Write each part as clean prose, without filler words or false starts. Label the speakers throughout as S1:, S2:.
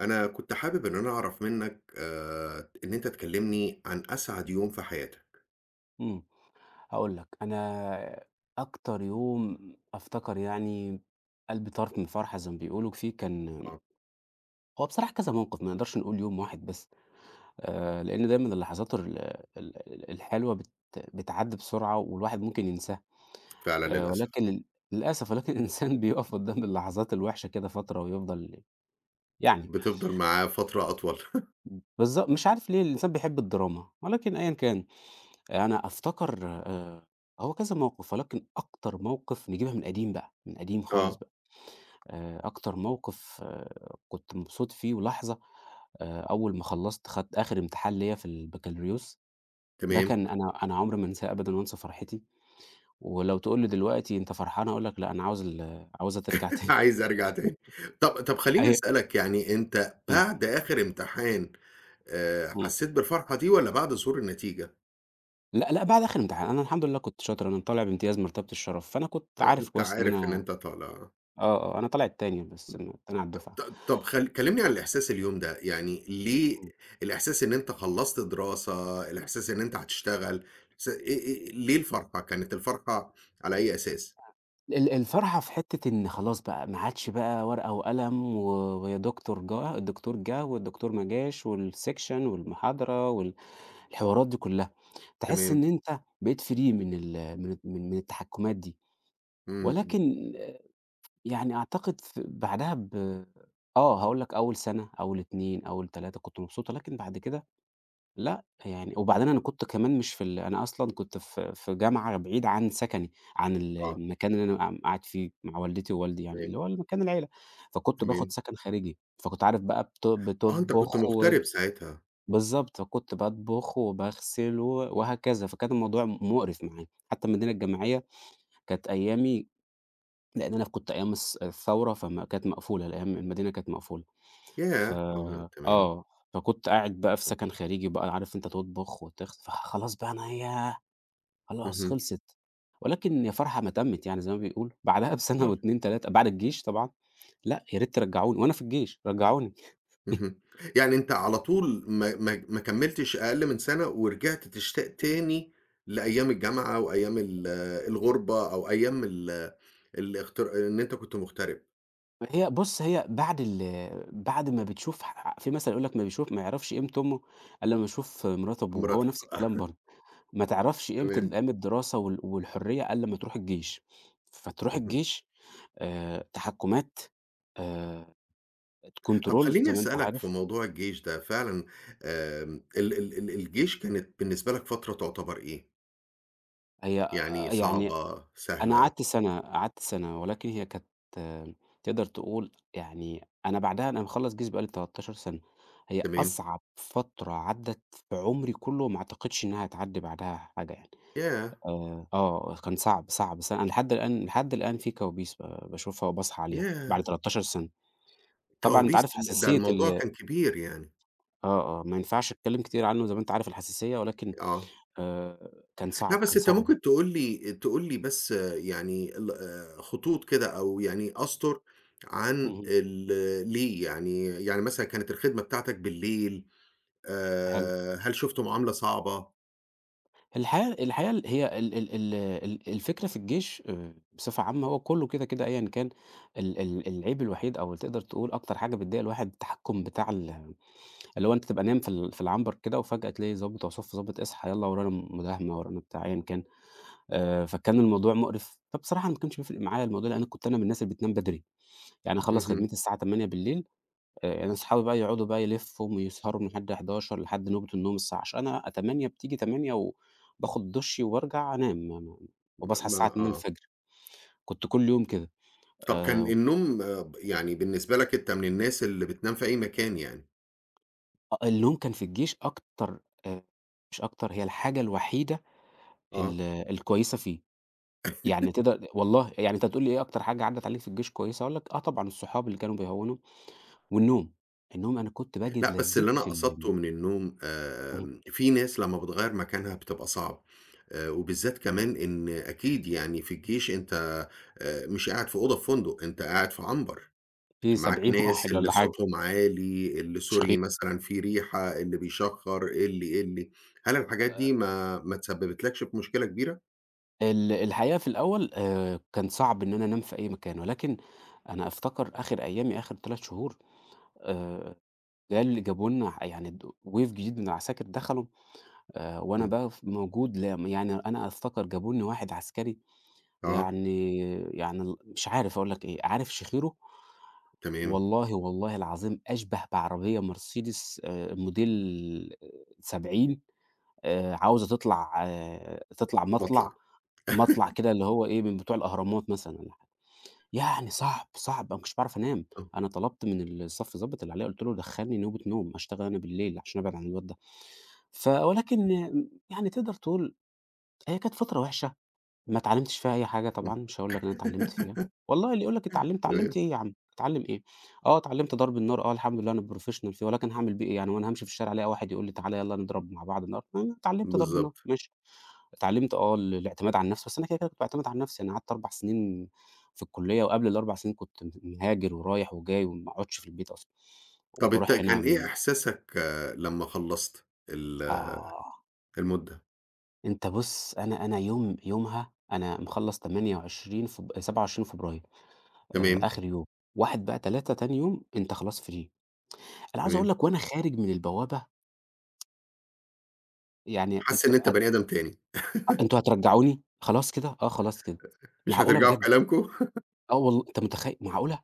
S1: أنا كنت حابب إن أنا أعرف منك إن أنت تكلمني عن أسعد يوم في حياتك.
S2: إمم، هاقول لك أنا أكتر يوم أفتكر يعني قلبي طارت من الفرحة زي ما بيقولوا فيه كان
S1: آه،
S2: هو بصراحة كذا موقف ما نقدرش نقول يوم واحد بس. لأن دايمًا اللحظات الحلوة بتعدّي بسرعة والواحد ممكن ينساها.
S1: فعلًا للأسف،
S2: ولكن للأسف ولكن الإنسان بيقف قدّام اللحظات الوحشة كده فترة ويفضل يعني
S1: بتفضل معاه فترة أطول.
S2: مش عارف ليه الإنسان بيحب الدراما، ولكن أيًا كان. أنا أفتكر هو كذا موقف، ولكن أكتر موقف نجيبها من قديم بقى، من قديم خالص
S1: آه،
S2: بقى. أكتر موقف كنت مبسوط فيه ولحظة، أول ما خلّصت خدت آخر امتحان ليّا في البكالوريوس. ده
S1: تمام،
S2: كان أنا عمري ما أنساه أبدًا وأنسى فرحتي، ولو تقول لي دلوقتي أنت فرحان هاقول لك لأ أنا عاوز عاوزها ترجع تاني.
S1: عايز أرجع تاني. طب خلّيني
S2: الحقيقة،
S1: أسألك يعني أنت
S2: إمم،
S1: بعد آخر امتحان
S2: إمم،
S1: حسيت بالفرحة دي والّا بعد ظهور النتيجة؟
S2: لأ، لأ بعد آخر امتحان، أنا الحمد لله كنت شاطر، أنا طالع بامتياز مرتبة الشرف، فأنا كنت
S1: آه،
S2: عارف
S1: أنت
S2: كويس إن
S1: عارف إن
S2: أنا،
S1: أنت طالع.
S2: آه، آه، أنا طالع التاني بس م التاني على
S1: ط
S2: الدفعة.
S1: طب خل كلمني عن الإحساس اليوم ده، يعني ليه الإحساس إن أنت خلّصت دراسة، الإحساس إن أنت هتشتغل، إيه إيه ليه الفرحة؟ كانت الفرحة على أي أساس؟
S2: الفرحة في حتّة إن خلاص بقى ما عادش بقى ورقة وقلم و ويا دكتور جه الدكتور جه والدكتور ما جاش والsection والمحاضرة الحوارات دي كلّها. تحس إن
S1: تمام،
S2: أنت بقيت free من ال من من من التحكمات دي،
S1: إمم، إمم،
S2: ولكن آه، يعني أعتقد بعدها آه هاقول لك أول سنة، أول 2، أول 3 كنت مبسوط، ولكن بعد كده لأ. يعني وبعدين أنا كنت كمان مش في ال أنا أصلًا كنت في جامعة بعيد عن سكني، عن
S1: آه،
S2: المكان اللي أنا قاعد فيه مع والدتي ووالدي يعني،
S1: تمام،
S2: اللي هو مكان العيلة. فكنت
S1: تمام.
S2: باخد سكن خارجي، فكنت عارف بقى
S1: آه، أنت كنت
S2: بتطبخ و
S1: مغترب ساعتها،
S2: بالضبط، فكنت باطبخ وباغسل و وهكذا، فكان الموضوع مقرف معايا. حتى المدينة الجامعية كانت أيامي لإن أنا كنت أيام الثورة فما كانت مقفولة، الأيام المدينة كانت مقفولة. ف
S1: ياه! آه، تمام،
S2: آه، فكنت قاعد بقى في
S1: تمام،
S2: سكن خارجي بقى عارف أنت تطبخ فخلاص بقى أنا ياه! خلاص
S1: اهم.
S2: خلصت. ولكن يا فرحة ما تمِّت يعني زي ما بيقولوا، بعدها بسنة و2، 3 بعد الجيش طبعًا. لأ يا ريت ترجعوني وأنا في الجيش رجعوني.
S1: اهم. يعني أنت على طول ما كمّلتش أقل من سَنة ورجعت تشتاق تاني لأيام الجامعة وأيام الغُربة أو أيام الاغتر إن أنت كنت مُغترب،
S2: هي بُص هي بعد بعد ما بتشوف في مثل يقول لك ما بيشوف ما يعرفش قيمة أمه إلا لمّا يشوف مرات أبوه، هو
S1: مراتك
S2: نفس الكلام
S1: آه،
S2: برضه. ما تعرفش قيمة
S1: تمام.
S2: أيام الدراسة والحرية قبل ما تروح الجيش. فتروح
S1: اهم.
S2: الجيش، تحكُّمات، آآ
S1: طَب
S2: الcontrol
S1: خلّيني
S2: زي ما أنت
S1: أسألك في
S2: عارف.
S1: موضوع الجيش ده فعلًا آمم ال ال ال الجيش كانت بالنسبة لك فترة تعتبر إيه؟
S2: هي
S1: يعني
S2: آه، يعني
S1: صعبة،
S2: أنا
S1: سهلة،
S2: قعدت سَنة، قعدت سَنة، ولكن هي كانت آه، تقدر تقول يعني أنا بعدها أنا مخلّص جيش بقى لي 13 سَنة، هي
S1: تمام؟
S2: أصعب فترة عدّت في عمري كُلّه وما أعتقدش إنها هتعدّي بعدها حاجة يعني.
S1: ياه!
S2: آه، كان صعب، صعب، أنا لحد الآن لحد الآن في كوابيس باشوفها وباصحى عليها بعد
S1: ياه!
S2: 13 سَنة. طبعًا أنت
S1: كوابيس
S2: عارف
S1: ده
S2: حساسية
S1: الموضوع كان كبير يعني.
S2: آه، آه، ما ينفعش أتكلّم كتير عنه زي ما أنت عارف الحساسية، ولكن
S1: آه.
S2: آآ كان
S1: لأ،
S2: صعب،
S1: بس
S2: كان
S1: أنت
S2: صعب.
S1: ممكن تقول لي بس يعني خطوط كده أو يعني أسطر عن
S2: اهم.
S1: ليه يعني يعني مثلًا كانت الخدمة بتاعتك بالليل
S2: حلو.
S1: هل شُفت معاملة صعبة؟
S2: الحقيقة الحقيقة ال هي ال ال ال ال الفكرة في الجيش بصفة عامة هو كُلّه كده، كده أيًا كان. ال ال العيب الوحيد أو تقدر تقول أكتر حاجة بتضايق الواحد التحكُّم بتاع اللي هو أنت تبقى نايم في العنبر كده وفجأة تلاقي ضابط أو صف ضابط اصحى يالّا ورانا مداهمة، ورانا بتاع أيًا كان. فكان الموضوع مُقرِف، فبصراحة أنا ما كانش بيفرق معايا الموضوع لإن أنا كنت من الناس اللي بتنام بدري. يعني أخلّص
S1: اهم،
S2: خدمتي الساعة 20:00، أنا صحابي بقى يقعدوا بقى يلفّوا ويسهروا من لحد 23:00 لحد نوبة النوم الساعة أنا 20:00 بتيجي 20:00 وباخد دُشّي وبارجع أنام ما ما
S1: م
S2: وباصحى
S1: ما
S2: الساعة 02:00.
S1: آه،
S2: كنت كل يوم كده.
S1: طب كان
S2: آآ،
S1: النوم يعني بالنسبة لك أنت من الناس اللي بتنام في أي مكان يعني؟
S2: النوم كان في الجيش أكتر، آآ، مش أكتر هي الحاجة الوحيدة
S1: آه.
S2: الكويسة فيه. يعني تقدر والله يعني أنت هتقول لي إيه أكتر حاجة عدّت عليك في الجيش كويسة، هاقول لك آه طبعًا الصحاب اللي كانوا بيهوّنوا والنوم. النوم أنا كنت باجد
S1: لأ، بس اللي
S2: لذّتي
S1: أنا
S2: في النوم.
S1: قصدته من النوم
S2: اهم.
S1: آمم، في ناس لمّا بتغيّر مكانها بتبقى صعب، وبالذات كمان إن أكيد يعني في الجيش أنت مش قاعد في أوضة في فندق، أنت قاعد في عنبر،
S2: في
S1: معاك
S2: 70
S1: ناس
S2: واحد
S1: اللي
S2: والّا حاجة
S1: صوتهم عالي، اللي
S2: مش خي
S1: سوري مثلًا في ريحة، اللي بيشخّر، اللي، اللي، هل الحاجات دي ما تسببتلكش في مشكلة كبيرة؟
S2: الحقيقة في الأول، كان صعب إن أنا أنام في أي مكان، ولكن أنا أفتكر آخر أيامي آخر 3 شهور. آآ، ده اللي جابوا لنا يعني wave جديد من العساكر دخلوا، وأنا
S1: إمم،
S2: بقى موجود لا يعني أنا أفتكر جابوا لنا واحد عسكري
S1: آه،
S2: يعني يعني مش عارف أقول لك إيه، عارف شخيره؟
S1: تمام،
S2: والله، والله العظيم أشبه بعربية مرسيدس، موديل 70، عاوزة تطلع آه، تطلع
S1: باطلع،
S2: مطلع مطلع كده اللي هو إيه، من بتوع الأهرامات مثلًا والّا حاجة. يعني صعب، صعب أنا ما كنتش باعرف أنام.
S1: آه،
S2: أنا طلبت من الصف الضابط اللي عليّا قُلت له دخّلني نوبة نوم، هاشتغل أنا بالليل عشان أبعد عن الواد ده. ف ولكن يعني تقدر تقول هي كانت فترة وحشة ما اتعلمتش فيها أي حاجة
S1: إمم،
S2: طبعًا. مش هاقول لك إن أنا اتعلمت فيها، والله اللي يقول لك اتعلمت،
S1: تمام،
S2: اتعلمت إيه يا عم، اتعلم إيه؟ آه اتعلمت ضرب النار، آه الحمد لله أنا professional فيه، ولكن هاعمل بيه إيه يعني، هو أنا هامشي في الشارع ألاقي واحد يقول لي تعالَ يالّا نضرب مع بعض نار، أنا اتعلمت ضرب نار
S1: بالضبط.
S2: ماشي. اتعلمت آه الاعتماد على النفس، بس أنا كده، كده كنت باعتمد على نفسي. أنا قعدت 4 سنين في الكلية، وقبل ال4 سنين كنت مهاجر ورايح وجاي وما اقعدش في البيت أصلًا،
S1: طَب أنت
S2: وباروح
S1: كان
S2: هنا
S1: إيه
S2: م
S1: إحساسك لمّا خلّصت
S2: آه،
S1: المدة؟
S2: أنت بُص أنا يوم يومها أنا مخلّص 28 فب 27 فبراير.
S1: تمام،
S2: آخر يوم، 1 بقى 3 تاني يوم أنت خلاص free. أنا عاوز
S1: تمام.
S2: أقول لك وأنا خارج من البوابة يعني
S1: حاسس
S2: أنت
S1: إن أنت
S2: هت
S1: بني آدم تاني،
S2: أنتم هترجعوني؟ خلاص كده؟ آه خلاص كده.
S1: مش
S2: معقولة
S1: هترجعوا في
S2: بجد!
S1: كلامكم؟
S2: آه والله أنت متخيل معقولة!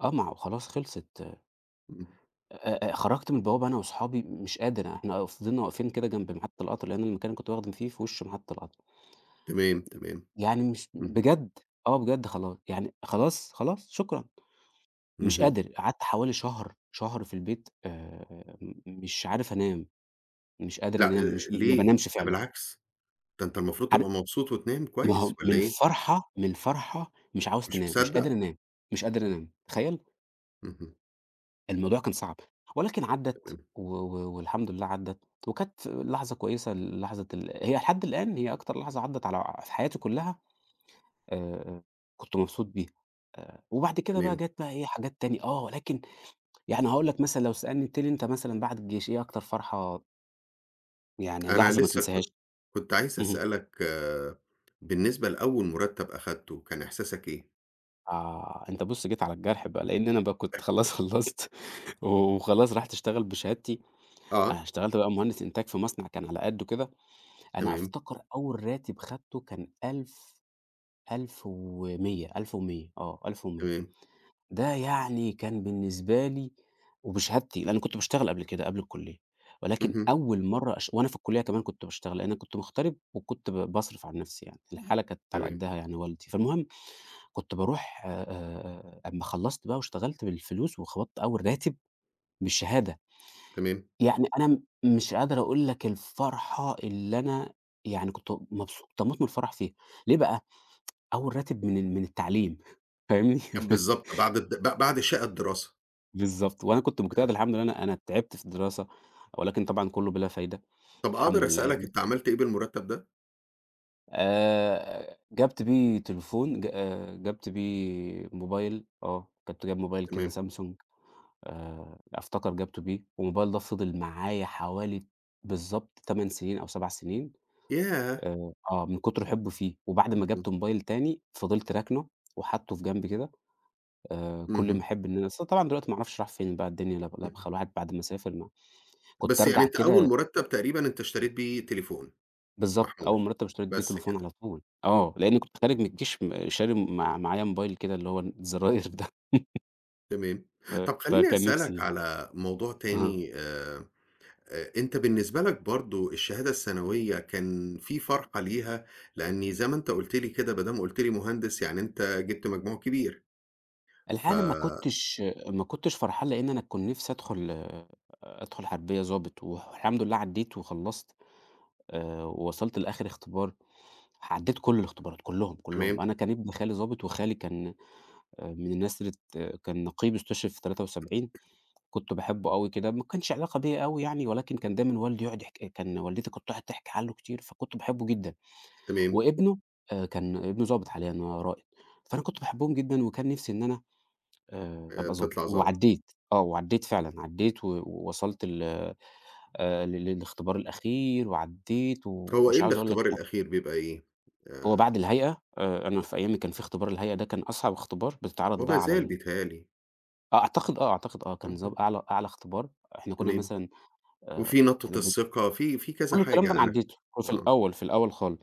S2: آه مع خلاص خلصت،
S1: إمم،
S2: خرجت من البوابة أنا وأصحابي مش قادر إحنا فضلنا واقفين كده جنب محطة القطر، لأن المكان اللي كنت واخد فيه في وش محطة القطر.
S1: تمام، تمام.
S2: يعني مش
S1: اهم،
S2: بجد آه بجد خلاص يعني خلاص، خلاص شكرًا. مش
S1: اهم.
S2: قادر قعدت حوالي شهر، شهر في البيت، مش عارف أنام. مش قادر
S1: لأ،
S2: أنام، مش ما
S1: ليه؟
S2: بانامش
S1: ده
S2: فعلًا.
S1: بالعكس، ده أنت المفروض
S2: عار
S1: تبقى مبسوط وتنام
S2: ما
S1: كويس
S2: هو
S1: والّا
S2: من
S1: إيه؟
S2: الفرحة من الفرحة مش عاوز
S1: مش
S2: تنام، مش قادر
S1: مصدّق؟
S2: أنام، مش قادر أنام، تخيّل!
S1: اهم،
S2: الموضوع كان صعب، ولكن عدّت
S1: تمام،
S2: و و والحمد لله عدّت، وكانت لحظة كويسة لحظة هي لحد الآن هي أكتر لحظة عدّت على في حياتي كلّها. آآ، كنت مبسوط بيها. وبعد كده بقى
S1: تمام.
S2: جات بقى إيه حاجات تاني آه، ولكن يعني هاقول لك مثلًا لو سألني قُلت لي أنت مثلًا بعد الجيش إيه أكتر فرحة يعني
S1: أنا
S2: لحظة ما
S1: لسه
S2: تنساهاش؟
S1: كنت كنت عايز
S2: اهم.
S1: أسألك آه، بالنسبة لأول مرتب أخدته، كان إحساسك إيه؟
S2: آه، أنت بُص جيت على الجرح بقى، لإن أنا بقى كنت خلاص خلّصت وخلاص رُحت أشتغل بشهادتي.
S1: آه،
S2: أنا اشتغلت بقى مهندس إنتاج في مصنع كان على قدُّه كده. أنا
S1: تمام،
S2: أفتكر أول راتب خدته كان 1000 1100 1100 آه، 1100
S1: تمام،
S2: ده يعني كان بالنسبة لي وبشهادتي، لإن كنت باشتغل قبل كده قبل الكلية. ولكن
S1: اهم،
S2: أول مرّة وأنا في الكلية كمان كنت باشتغل، لإن أنا كنت مغترب وكنت باصرف على نفسي يعني، الحالة كانت على
S1: تمام،
S2: قدّها يعني والدي، فالمهم كنت باروح أمّا خلّصت بقى واشتغلت بالفلوس وخبطت أول راتب بالشهادة.
S1: تمام.
S2: يعني أنا م مش قادر أقول لك الفرحة اللي أنا يعني كنت مبسوط باموت من الفرح فيها. ليه بقى؟ أول راتب من من التعليم فاهمني؟
S1: كان بالضبط بعد الد ب بعد شقة الدراسة.
S2: بالضبط، وأنا كنت مجتهد الحمد لله أنا تعبت في الدراسة، ولكن طبعًا كلّه بلا فايدة.
S1: طَب
S2: الحمد
S1: أقدر
S2: لله
S1: أسألك
S2: يعني.
S1: أنت عملت إيه بالمرتب ده؟
S2: جبت بيه تليفون ج جبت بيه موبايل آه، كنت جايب موبايل كده
S1: تمام.
S2: سامسونج. أفتكر جبته بيه، والموبايل ده فضل معايا حوالي بالضبط 8 سنين أو 7 سنين،
S1: ياه!
S2: آه، من كتر حُبّي فيه، وبعد ما
S1: اهم.
S2: جبت موبايل تاني فضلت راكنه وحاطّه في جنب كده. كل ما
S1: اهم،
S2: أحب إن أنا أصل طبعًا دلوقتي ما أعرفش راح فين بقى الدنيا لا ب لا
S1: اهم.
S2: بخ الواحد بعد ما سافر ما كنت
S1: بس يعني
S2: أرجع
S1: أنت أول
S2: كده.
S1: مرتّب تقريبًا أنت اشتريت بيه تليفون
S2: بالضبط، أول
S1: محمول،
S2: مرتّب اشتريت بيه
S1: بس
S2: تليفون
S1: كده،
S2: على طول، آه، لإني كنت خارج من الجيش شاري معايا موبايل كده اللي هو الزراير ده.
S1: تمام.
S2: ف
S1: طَب خلّيني
S2: فكان نفسي
S1: أسألك
S2: يعني.
S1: على موضوع
S2: أها،
S1: تاني أنت بالنسبة لك برضه الشهادة الثانوية كان في فرحة ليها، لإني زي ما أنت قُلت لي كده ما دام قُلت لي مهندس يعني أنت جِبت مجموع كبير، ف
S2: الحقيقة أنا ما كنتش فرحان لإن أنا كان نفسي أدخل حربية ضابط، والحمد لله عدّيت وخلّصت، ووصلت لآخر اختبار. عدّيت كل الاختبارات كلّهم،
S1: تمام،
S2: كلّهم. أنا كان ابن خالي ضابط وخالي كان، من الناس اللي كان نقيب استشهد في 73. كنت باحبه أوي كده، ما كانش علاقة بيّا أوي يعني، ولكن كان دايمًا والدي يقعد يحك كان والدتي كانت تقعد تحكي عنّه كتير، فكنت باحبه جدًا.
S1: تمام،
S2: وابنه، كان ابنه ضابط حاليًا آه رائد. فأنا كنت باحبهم جدًا وكان نِفْسي إن أنا، أبقى ضابط.
S1: تطلع ضابط.
S2: وعدّيت آه، وعدّيت فعلًا، عدّيت ووصلت ال ل للاختبار الأخير وعدّيت،
S1: هو إيه
S2: ومش عاوز أقول لك
S1: الاختبار
S2: يعني
S1: الأخير بيبقى إيه؟
S2: هو
S1: آآ
S2: بعد الهيئة. أنا في أيامي كان في اختبار الهيئة ده كان أصعب اختبار بتتعرض
S1: وما
S2: بقى على
S1: زال
S2: ال،
S1: بيتهيأ لي.
S2: آه أعتقد آه، أعتقد آه، كان
S1: اهم،
S2: أعلى اختبار. إحنا كُنّا
S1: تمام.
S2: مثلًا، آآ
S1: وفي نَطّة
S2: إحنا ب
S1: الثقة، في كذا
S2: كل الكلام ده
S1: حاجة
S2: أنا
S1: أنا
S2: عدّيته، هو في
S1: آه،
S2: الأول في الأول خالص،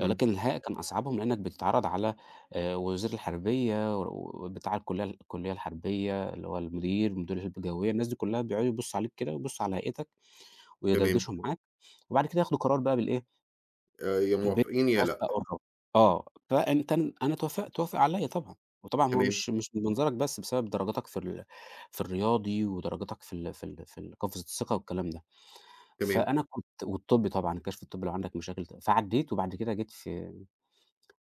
S1: إمم،
S2: ولكن الحقيقة كان أصعبهم لإنّك بتتعرّض على، وزير الحربية بتاع الكلية الكلية الحربية اللي هو المدير، مدير الهِبة الجوية، الناس دي كلّها بيقعدوا يبُصّوا عليك كده ويبُصّوا على هيئتك
S1: تمام،
S2: ويدردشوا معاك. وبعد كده ياخدوا قرار بقى بالإيه،
S1: يا
S2: بيت
S1: موافقين يا لأ،
S2: موافقة قرّاب. آه، فأنت ن أنا وافق عليّا طبعًا، وطبعًا هو
S1: تمام،
S2: مش من منظرك بس، بسبب درجاتك في في الرياضي ودرجاتك في ال قفزة الثقة والكلام ده.
S1: تمام،
S2: فأنا كنت والطبّي طبعًا، الكشف الطبّي لو عندك مشاكل فعدّيت وبعد كده جيت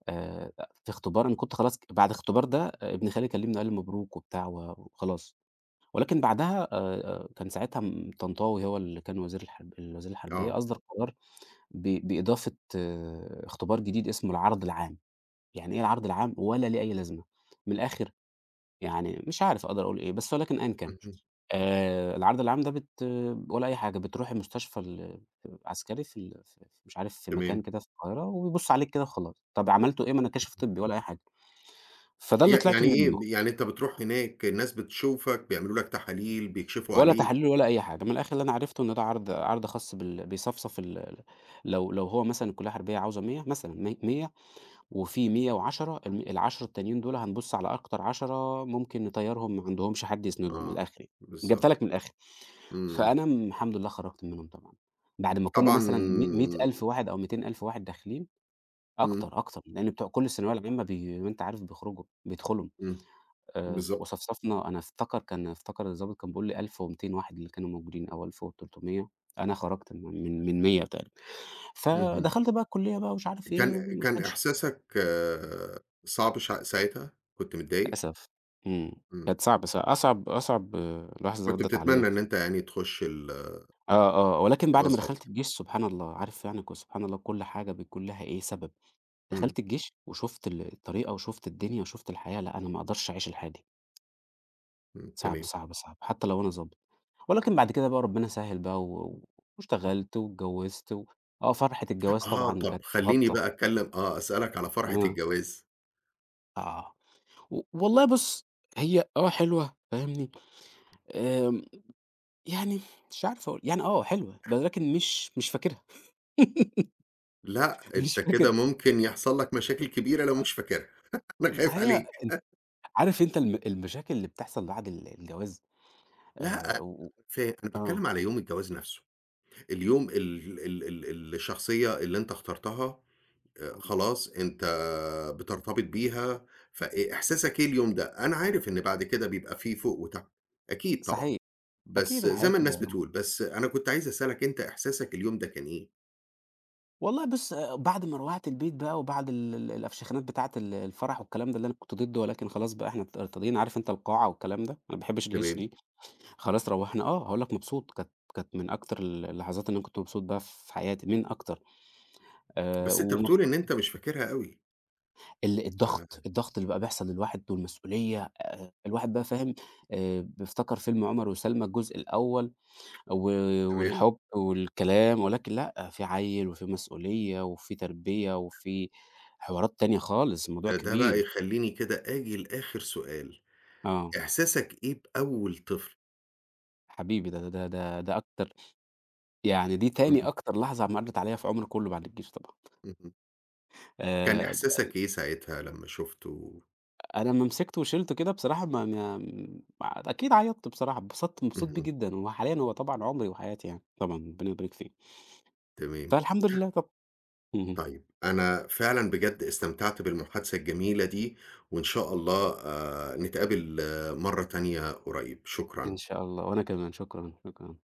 S2: آآ، في اختبار. أنا كنت خلاص بعد الاختبار ده، ابن خالي كلّمني وقال لي مبروك وبتاع و وخلاص، ولكن بعدها كان ساعتها طنطاوي هو اللي كان وزير الحرب الوزير الحربية
S1: آه،
S2: أصدر قرار بإضافة اختبار جديد اسمه العرض العام. يعني إيه العرض العام ولا ليه أي لازمة، من الآخر يعني مش عارف أقدر أقول إيه، بس ولكن أيًا كان.
S1: اهم،
S2: العرض العام ده ولا أي حاجة، بتروح المستشفى العسكري في ال في في- مش عارف، في
S1: تمام،
S2: مكان كده في القاهرة، وبيبص عليك كده وخلاص. طَب عملتوا إيه؟ ما أنا كاشف طبّي ولا أي حاجة. فده اللي طلعت
S1: يعني
S2: منه،
S1: إيه، يعني أنت بتروح هناك الناس بتشوفك، بيعملوا لك تحاليل، بيكشفوا
S2: ولا
S1: عليك،
S2: تحاليل ولا أي حاجة. من الآخر اللي أنا عرفته إن ده عرض خاص بيصفصف لو هو مثلًا الكلية الحربية عاوزة 100، مثلًا 100، وفي 110، ال10 التانيين دول هنبُص على أكتر 10 ممكن نطيّرهم، ما عندهمش حد يسندهم من
S1: آه،
S2: الآخر يعني. جبتها
S1: بالضبط،
S2: لك من الآخر.
S1: إمم،
S2: فأنا الحمد لله خرجت منهم طبعًا، بعد ما كنا
S1: طبعًا
S2: مثلًا مِيّة ألف واحد أو 200,000 واحد داخلين،
S1: إمم،
S2: أكتر، أكتر، لإن بتوع كل الثانوية العامة وأنت عارف بيخرجوا بيدخلهم.
S1: إمم، بالضبط،
S2: وصفصفنا، أنا أفتكر الضابط كان بيقول لي 1200 واحد اللي كانوا موجودين أو 1300. أنا خرجت من 100 تقريبًا.
S1: اهم،
S2: فدخلت بقى الكلية بقى ومش عارف إيه
S1: كان
S2: وما
S1: كان
S2: كانش،
S1: إحساسك آه، صعب ساعتها، كنت متضايق؟
S2: للأسف. إمم،
S1: إمم،
S2: كانت صعبة، أصعب لحظة
S1: كنت
S2: عدّت عليَّ.
S1: بتتمنى إن أنت يعني تخش
S2: آه، آه، آه. ولكن
S1: تبقى
S2: بعد ما دخلت
S1: ضابط،
S2: الجيش سبحان الله، عارف يعني سبحان الله كل حاجة بيكون لها إيه سبب.
S1: إمم،
S2: دخلت الجيش وشُفت الطريقة وشُفت الدنيا وشُفت الحياة، لأ، أنا ما أقدرش أعيش الحياة دي.
S1: إمم،
S2: صعب،
S1: تمام.
S2: صعب، صعب، حتى لو أنا ضابط. ولكن بعد كده بقى ربنا سهِّل بقى واشتغلت واتجوّزت. و آه، فرحة الجواز
S1: آه،
S2: طبعًا
S1: طب
S2: كانت
S1: خلّيني
S2: غطّة.
S1: بقى أتكلّم آه، أسألك على فرحة
S2: آه،
S1: الجواز،
S2: آه. والله بُص، هي حلوة فاهمني. آمم يعني مش عارف أقول، يعني حلوة، ولكن مش فاكرها.
S1: لأ،
S2: مش
S1: أنت كده
S2: فاكر
S1: ممكن يحصل لك مشاكل كبيرة لو مش فاكرها أنا خايف
S2: هي
S1: عليك،
S2: أنت عارف، أنت المشاكل اللي بتحصل بعد الجواز.
S1: لأ،
S2: و
S1: أنا
S2: آه،
S1: باتكلّم على يوم الجواز نَفْسه، اليوم ال ال ال الشخصية اللي أنت اخترتها
S2: إمم،
S1: خلاص أنت بترتبط بيها، إحساسك إيه اليوم ده؟ أنا عارف إن بعد كده بيبقى في فوق وتحت، أكيد طبعًا،
S2: صحيح. أكيد
S1: بس زي
S2: الحياة
S1: ما
S2: كده.
S1: الناس بتقول، بس أنا كنت عايز أسألك أنت إحساسك اليوم ده كان إيه؟
S2: والله بُص، بعد ما روّحت البيت بقى وبعد ال ال الأفشخانات بتاعة الفرح والكلام ده اللي أنا كنت ضده، ولكن خلاص بقى إحنا ارتضينا، عارف أنت القاعة والكلام ده، أنا ما باحبش الهيصة
S1: تمام،
S2: دي. خلاص روّحنا. هاقول لك مبسوط، كانت من أكتر اللحظات اللي أنا كنت مبسوط بيها في حياتي، من أكتر.
S1: بس أنت بتقول
S2: ومبسوط.
S1: إن أنت مش فاكرها أوي. آه،
S2: الضغط اللي بقى بيحصل للواحد والمسؤولية، الواحد بقى فاهم، بيفتكر فيلم عُمر وسلمى الجزء الأول و
S1: تمام.
S2: والحب والكلام، ولكن لأ، في عيّل وفي مسؤولية وفي تربية وفي حوارات تانية خالص، الموضوع
S1: ده ده بقى
S2: كبير.
S1: يخلّيني كده آجي لآخر سؤال،
S2: آه،
S1: إحساسك إيه بأول طفل؟
S2: حبيبي ده، أكتر يعني، دي تاني
S1: إمم،
S2: أكتر لحظة مرّت عليّا في عمري كُلّه بعد الجيش طبعًا.
S1: اهم. كان
S2: آآ
S1: إحساسك إيه ساعتها لمّا شُفته؟
S2: أنا لمّا مسكته وشِلته كده بصراحة، ما ما م أكيد عيّطت بصراحة، اتبسطت مبسوط بيه
S1: اهم،
S2: جدًا، هو حاليًا هو طبعًا عُمري وحياتي يعني، طبعًا ربنا يبارك فيه،
S1: تمام.
S2: فالحمد لله طبعًا. اهم.
S1: طيب، أنا فعلًا بجد استمتعت بالمحادثة الجميلة دي، وإن شاء الله نتقابل آه، مرّة تانية قريب،
S2: إن
S1: شكرًا.
S2: شاء الله، وأنا كمان شكرًا، شكرًا.